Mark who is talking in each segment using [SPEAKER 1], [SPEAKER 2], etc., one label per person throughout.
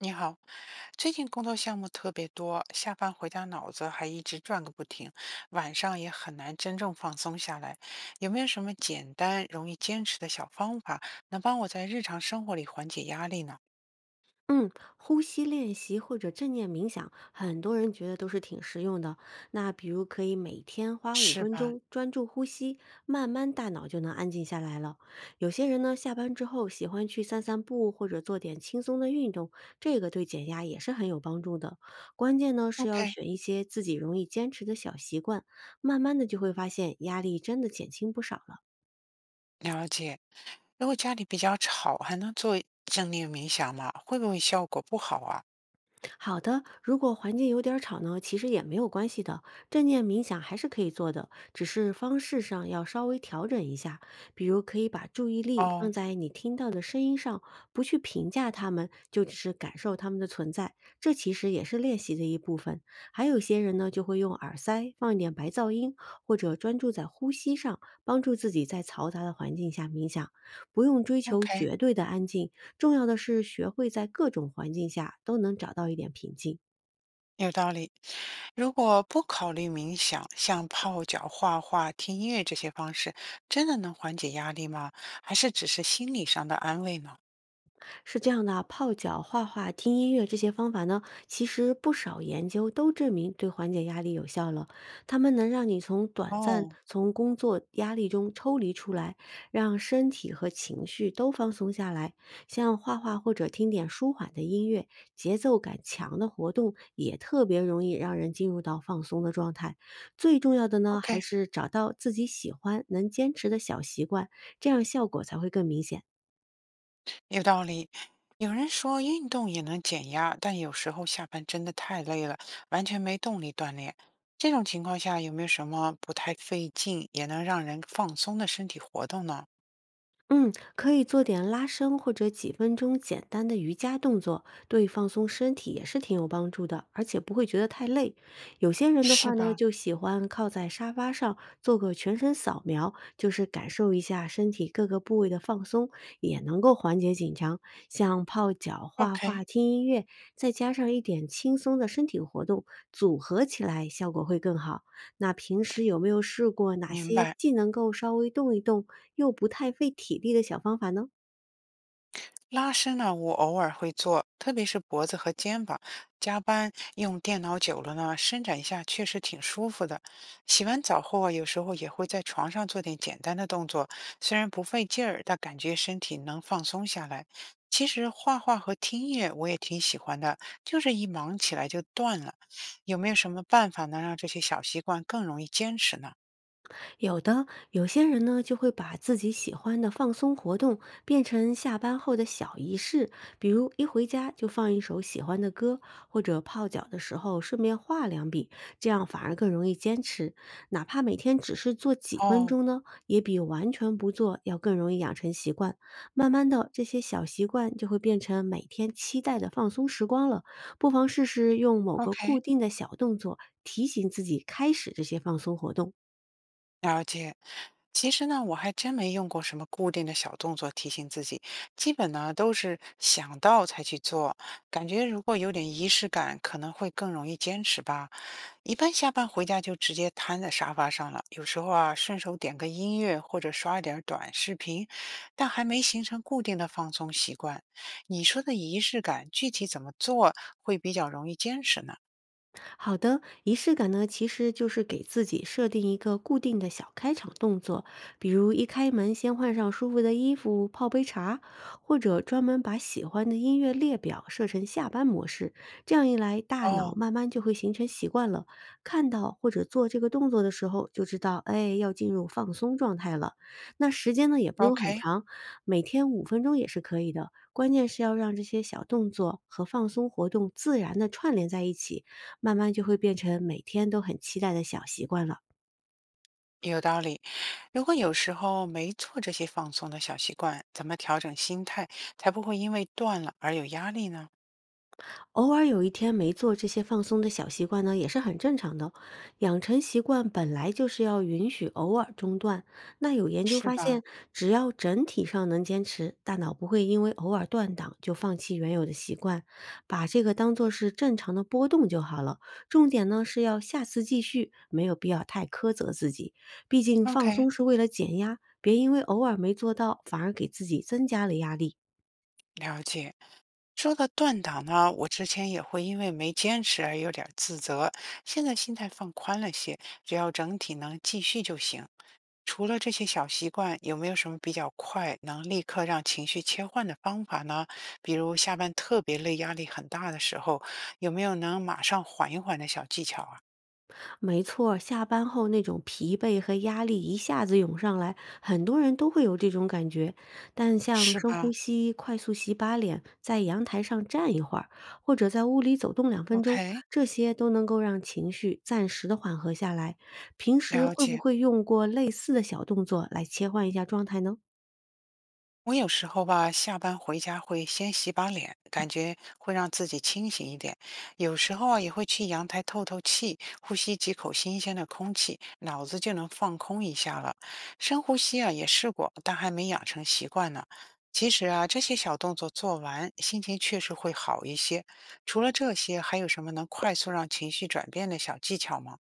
[SPEAKER 1] 你好，最近工作项目特别多，下班回家脑子还一直转个不停，晚上也很难真正放松下来。有没有什么简单、容易坚持的小方法，能帮我在日常生活里缓解压力呢？
[SPEAKER 2] 嗯，呼吸练习或者正念冥想，很多人觉得都是挺实用的。那比如可以每天花五
[SPEAKER 1] 是
[SPEAKER 2] 分
[SPEAKER 1] 吧
[SPEAKER 2] 钟专注呼吸，慢慢大脑就能安静下来了。有些人呢，下班之后喜欢去散散步或者做点轻松的运动，这个对减压也是很有帮助的。关键呢是要
[SPEAKER 1] ？OK，
[SPEAKER 2] 选一些自己容易坚持的小习惯，慢慢的就会发现压力真的减轻不少了。
[SPEAKER 1] 了解。如果家里比较吵，还能做正念冥想吗？会不会效果不好啊？
[SPEAKER 2] 好的，如果环境有点儿吵呢，其实也没有关系的，正念冥想还是可以做的，只是方式上要稍微调整一下。比如可以把注意力放
[SPEAKER 1] 哦
[SPEAKER 2] 在你听到的声音上，不去评价它们，就只是感受它们的存在。这其实也是练习的一部分。还有些人呢，就会用耳塞放一点白噪音，或者专注在呼吸上，帮助自己在嘈杂的环境下冥想。不用追求
[SPEAKER 1] ，OK。
[SPEAKER 2] 绝对的安静，重要的是学会在各种环境下都能找到一点平静。
[SPEAKER 1] 有道理。如果不考虑冥想，像泡脚、画画、听音乐这些方式，真的能缓解压力吗？还是只是心理上的安慰呢？
[SPEAKER 2] 是这样的啊。泡脚、画画、听音乐这些方法呢，其实不少研究都证明对缓解压力有效了。它们能让你从短暂
[SPEAKER 1] 哦
[SPEAKER 2] 从工作压力中抽离出来，让身体和情绪都放松下来。像画画或者听点舒缓的音乐，节奏感强的活动也特别容易让人进入到放松的状态。最重要的呢，还
[SPEAKER 1] ，OK，
[SPEAKER 2] 是找到自己喜欢、能坚持的小习惯，这样效果才会更明显。
[SPEAKER 1] 有道理。有人说运动也能减压，但有时候下班真的太累了，完全没动力锻炼。这种情况下，有没有什么不太费劲也能让人放松的身体活动呢？
[SPEAKER 2] 嗯，可以做点拉伸或者几分钟简单的瑜伽动作，对放松身体也是挺有帮助的，而且不会觉得太累。有些人的话
[SPEAKER 1] 是
[SPEAKER 2] 呢，
[SPEAKER 1] 吧
[SPEAKER 2] 就喜欢靠在沙发上做个全身扫描，就是感受一下身体各个部位的放松，也能够缓解紧张。像泡脚、画
[SPEAKER 1] ？OK，
[SPEAKER 2] 画、听音乐，再加上一点轻松的身体活动，组合起来效果会更好。那平时有没有试过哪
[SPEAKER 1] 明
[SPEAKER 2] 些
[SPEAKER 1] 白。
[SPEAKER 2] 既能够稍微动一动，又不太费体力的小方法呢？
[SPEAKER 1] 拉伸呢，我偶尔会做，特别是脖子和肩膀。加班用电脑久了呢，伸展一下确实挺舒服的。洗完澡后啊，有时候也会在床上做点简单的动作，虽然不费劲儿，但感觉身体能放松下来。其实画画和听音乐我也挺喜欢的，就是一忙起来就断了。有没有什么办法能让这些小习惯更容易坚持呢？
[SPEAKER 2] 有的，有些人呢就会把自己喜欢的放松活动变成下班后的小仪式，比如一回家就放一首喜欢的歌，或者泡脚的时候顺便画两笔，这样反而更容易坚持。哪怕每天只是做几分
[SPEAKER 1] 哦
[SPEAKER 2] 钟呢，也比完全不做要更容易养成习惯。慢慢的，这些小习惯就会变成每天期待的放松时光了。不妨试试用某个固
[SPEAKER 1] ，OK。
[SPEAKER 2] 定的小动作提醒自己开始这些放松活动。
[SPEAKER 1] 了解，其实呢，我还真没用过什么固定的小动作提醒自己，基本呢都是想到才去做，感觉如果有点仪式感，可能会更容易坚持吧。一般下班回家就直接瘫在沙发上了，有时候啊顺手点个音乐或者刷一点儿短视频，但还没形成固定的放松习惯。你说的仪式感具体怎么做会比较容易坚持呢？
[SPEAKER 2] 好的，仪式感呢，其实就是给自己设定一个固定的小开场动作，比如一开门先换上舒服的衣服，泡杯茶，或者专门把喜欢的音乐列表设成下班模式。这样一来，大脑
[SPEAKER 1] 哦
[SPEAKER 2] 慢慢就会形成习惯了。看到或者做这个动作的时候，就知道，哎，要进入放松状态了。那时间呢，也不用很
[SPEAKER 1] ，OK。
[SPEAKER 2] 长，每天五分钟也是可以的。关键是要让这些小动作和放松活动自然的串联在一起。慢慢就会变成每天都很期待的小习惯了。
[SPEAKER 1] 有道理。如果有时候没做这些放松的小习惯，怎么调整心态，才不会因为断了而有压力呢？
[SPEAKER 2] 偶尔有一天没做这些放松的小习惯呢，也是很正常的哦。养成习惯本来就是要允许偶尔中断。那有研究
[SPEAKER 1] 是
[SPEAKER 2] 发现，
[SPEAKER 1] 吧
[SPEAKER 2] 只要整体上能坚持，大脑不会因为偶尔断档就放弃原有的习惯，把这个当做是正常的波动就好了。重点呢是要下次继续，没有必要太苛责自己。毕竟放
[SPEAKER 1] ？OK，
[SPEAKER 2] 松是为了减压，别因为偶尔没做到，反而给自己增加了压力。
[SPEAKER 1] 了解。说到断档呢，我之前也会因为没坚持而有点儿自责，现在心态放宽了些，只要整体能继续就行。除了这些小习惯，有没有什么比较快能立刻让情绪切换的方法呢？比如下班特别累、压力很大的时候，有没有能马上缓一缓的小技巧啊？
[SPEAKER 2] 没错儿下班后那种疲惫和压力一下子涌上来，很多人都会有这种感觉。但像
[SPEAKER 1] 是
[SPEAKER 2] 深呼
[SPEAKER 1] 吧
[SPEAKER 2] 吸、快速洗把脸、在阳台上站一会儿，或者在屋里走动两分钟，
[SPEAKER 1] ？OK，
[SPEAKER 2] 这些都能够让情绪暂时的缓和下来。平时
[SPEAKER 1] 了
[SPEAKER 2] 会不
[SPEAKER 1] 解。
[SPEAKER 2] 会用过类似的小动作来切换一下状态呢？
[SPEAKER 1] 我有时候吧，下班回家会先洗把脸，感觉会让自己清醒一点。有时候啊，也会去阳台透透气，呼吸几口新鲜的空气，脑子就能放空一下了。深呼吸啊，也试过，但还没养成习惯呢。其实啊，这些小动作做完，心情确实会好一些。除了这些，还有什么能快速让情绪转变的小技巧吗？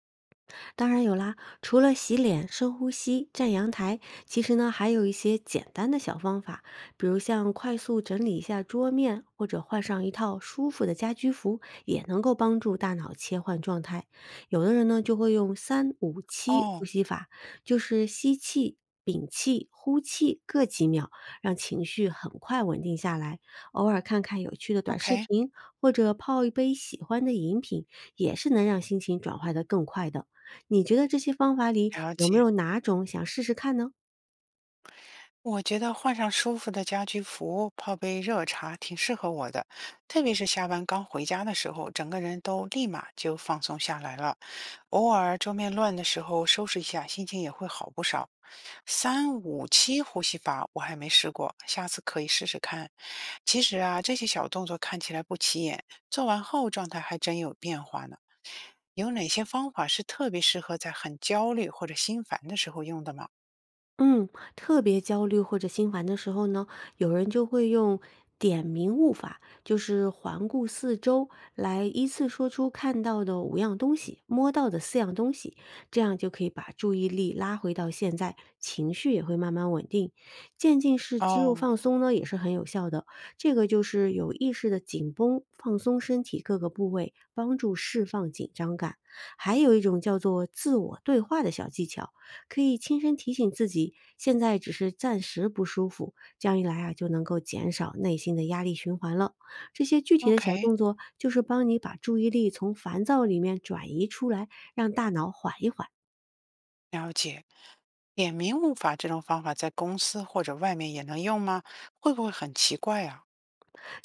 [SPEAKER 2] 当然有啦，除了洗脸、深呼吸、站阳台，其实呢还有一些简单的小方法，比如像快速整理一下桌面，或者换上一套舒服的家居服，也能够帮助大脑切换状态。有的人呢就会用三五七呼
[SPEAKER 1] 哦
[SPEAKER 2] 吸法，就是吸气。屏气、呼气各几秒，让情绪很快稳定下来。偶尔看看有趣的短视
[SPEAKER 1] ，OK，
[SPEAKER 2] 频，或者泡一杯喜欢的饮品，也是能让心情转换得更快的。你觉得这些方法里
[SPEAKER 1] 了
[SPEAKER 2] 有没
[SPEAKER 1] 解。
[SPEAKER 2] 有哪种想试试看呢？
[SPEAKER 1] 我觉得换上舒服的家居服，泡杯热茶挺适合我的，特别是下班刚回家的时候，整个人都立马就放松下来了。偶尔桌面乱的时候，收拾一下，心情也会好不少。三五七呼吸法我还没试过，下次可以试试看。其实啊，这些小动作看起来不起眼，做完后状态还真有变化呢。有哪些方法是特别适合在很焦虑或者心烦的时候用的吗？
[SPEAKER 2] 嗯，特别焦虑或者心烦的时候呢，有人就会用点名悟法，就是环顾四周，来依次说出看到的五样东西，摸到的四样东西，这样就可以把注意力拉回到现在，情绪也会慢慢稳定。渐进式肌肉
[SPEAKER 1] 哦
[SPEAKER 2] 放松呢，也是很有效的，这个就是有意识的紧绷、放松身体各个部位，帮助释放紧张感。还有一种叫做自我对话的小技巧。可以轻声提醒自己，现在只是暂时不舒服，这样一来啊，就能够减少内心的压力循环了。这些具体的小
[SPEAKER 1] ，OK。
[SPEAKER 2] 动作，就是帮你把注意力从烦躁里面转移出来，让大脑缓一缓。
[SPEAKER 1] 了解。点名悟法这种方法在公司或者外面也能用吗？会不会很奇怪啊？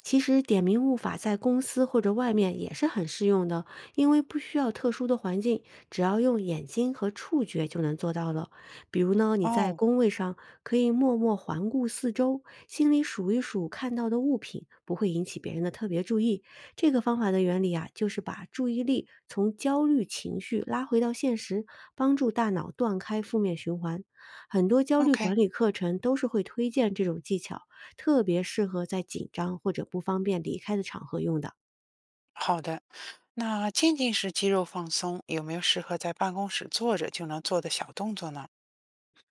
[SPEAKER 2] 其实点名悟法在公司或者外面也是很适用的，因为不需要特殊的环境，只要用眼睛和触觉就能做到了。比如呢，你在
[SPEAKER 1] 哦
[SPEAKER 2] 工位上可以默默环顾四周，心里数一数看到的物品，不会引起别人的特别注意。这个方法的原理啊，就是把注意力从焦虑情绪拉回到现实，帮助大脑断开负面循环。很多焦虑
[SPEAKER 1] ，OK，
[SPEAKER 2] 管理课程都是会推荐这种技巧。特别适合在紧张或者不方便离开的场合用的。
[SPEAKER 1] 好的。那渐进式肌肉放松有没有适合在办公室坐着就能做的小动作呢？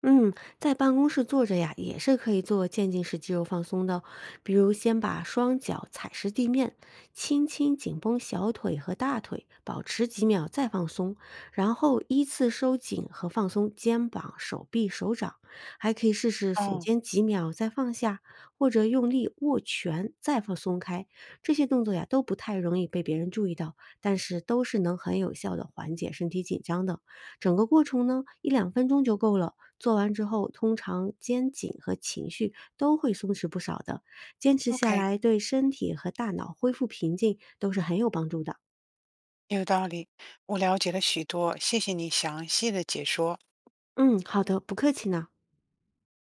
[SPEAKER 2] 嗯，在办公室坐着呀，也是可以做渐进式肌肉放松的哦。比如，先把双脚踩实地面，轻轻紧绷小腿和大腿，保持几秒再放松，然后依次收紧和放松肩膀、手臂、手掌。还可以试试耸
[SPEAKER 1] 哦
[SPEAKER 2] 肩几秒再放下，或者用力握拳再放松开。这些动作呀，都不太容易被别人注意到，但是都是能很有效的缓解身体紧张的哦。整个过程呢，一两分钟就够了。做完之后，通常肩颈和情绪都会松弛不少的。坚持下
[SPEAKER 1] ，OK，
[SPEAKER 2] 来，对身体和大脑恢复平静都是很有帮助的。
[SPEAKER 1] 有道理，我了解了许多，谢谢你详细的解说。
[SPEAKER 2] 嗯，好的，不客气呢。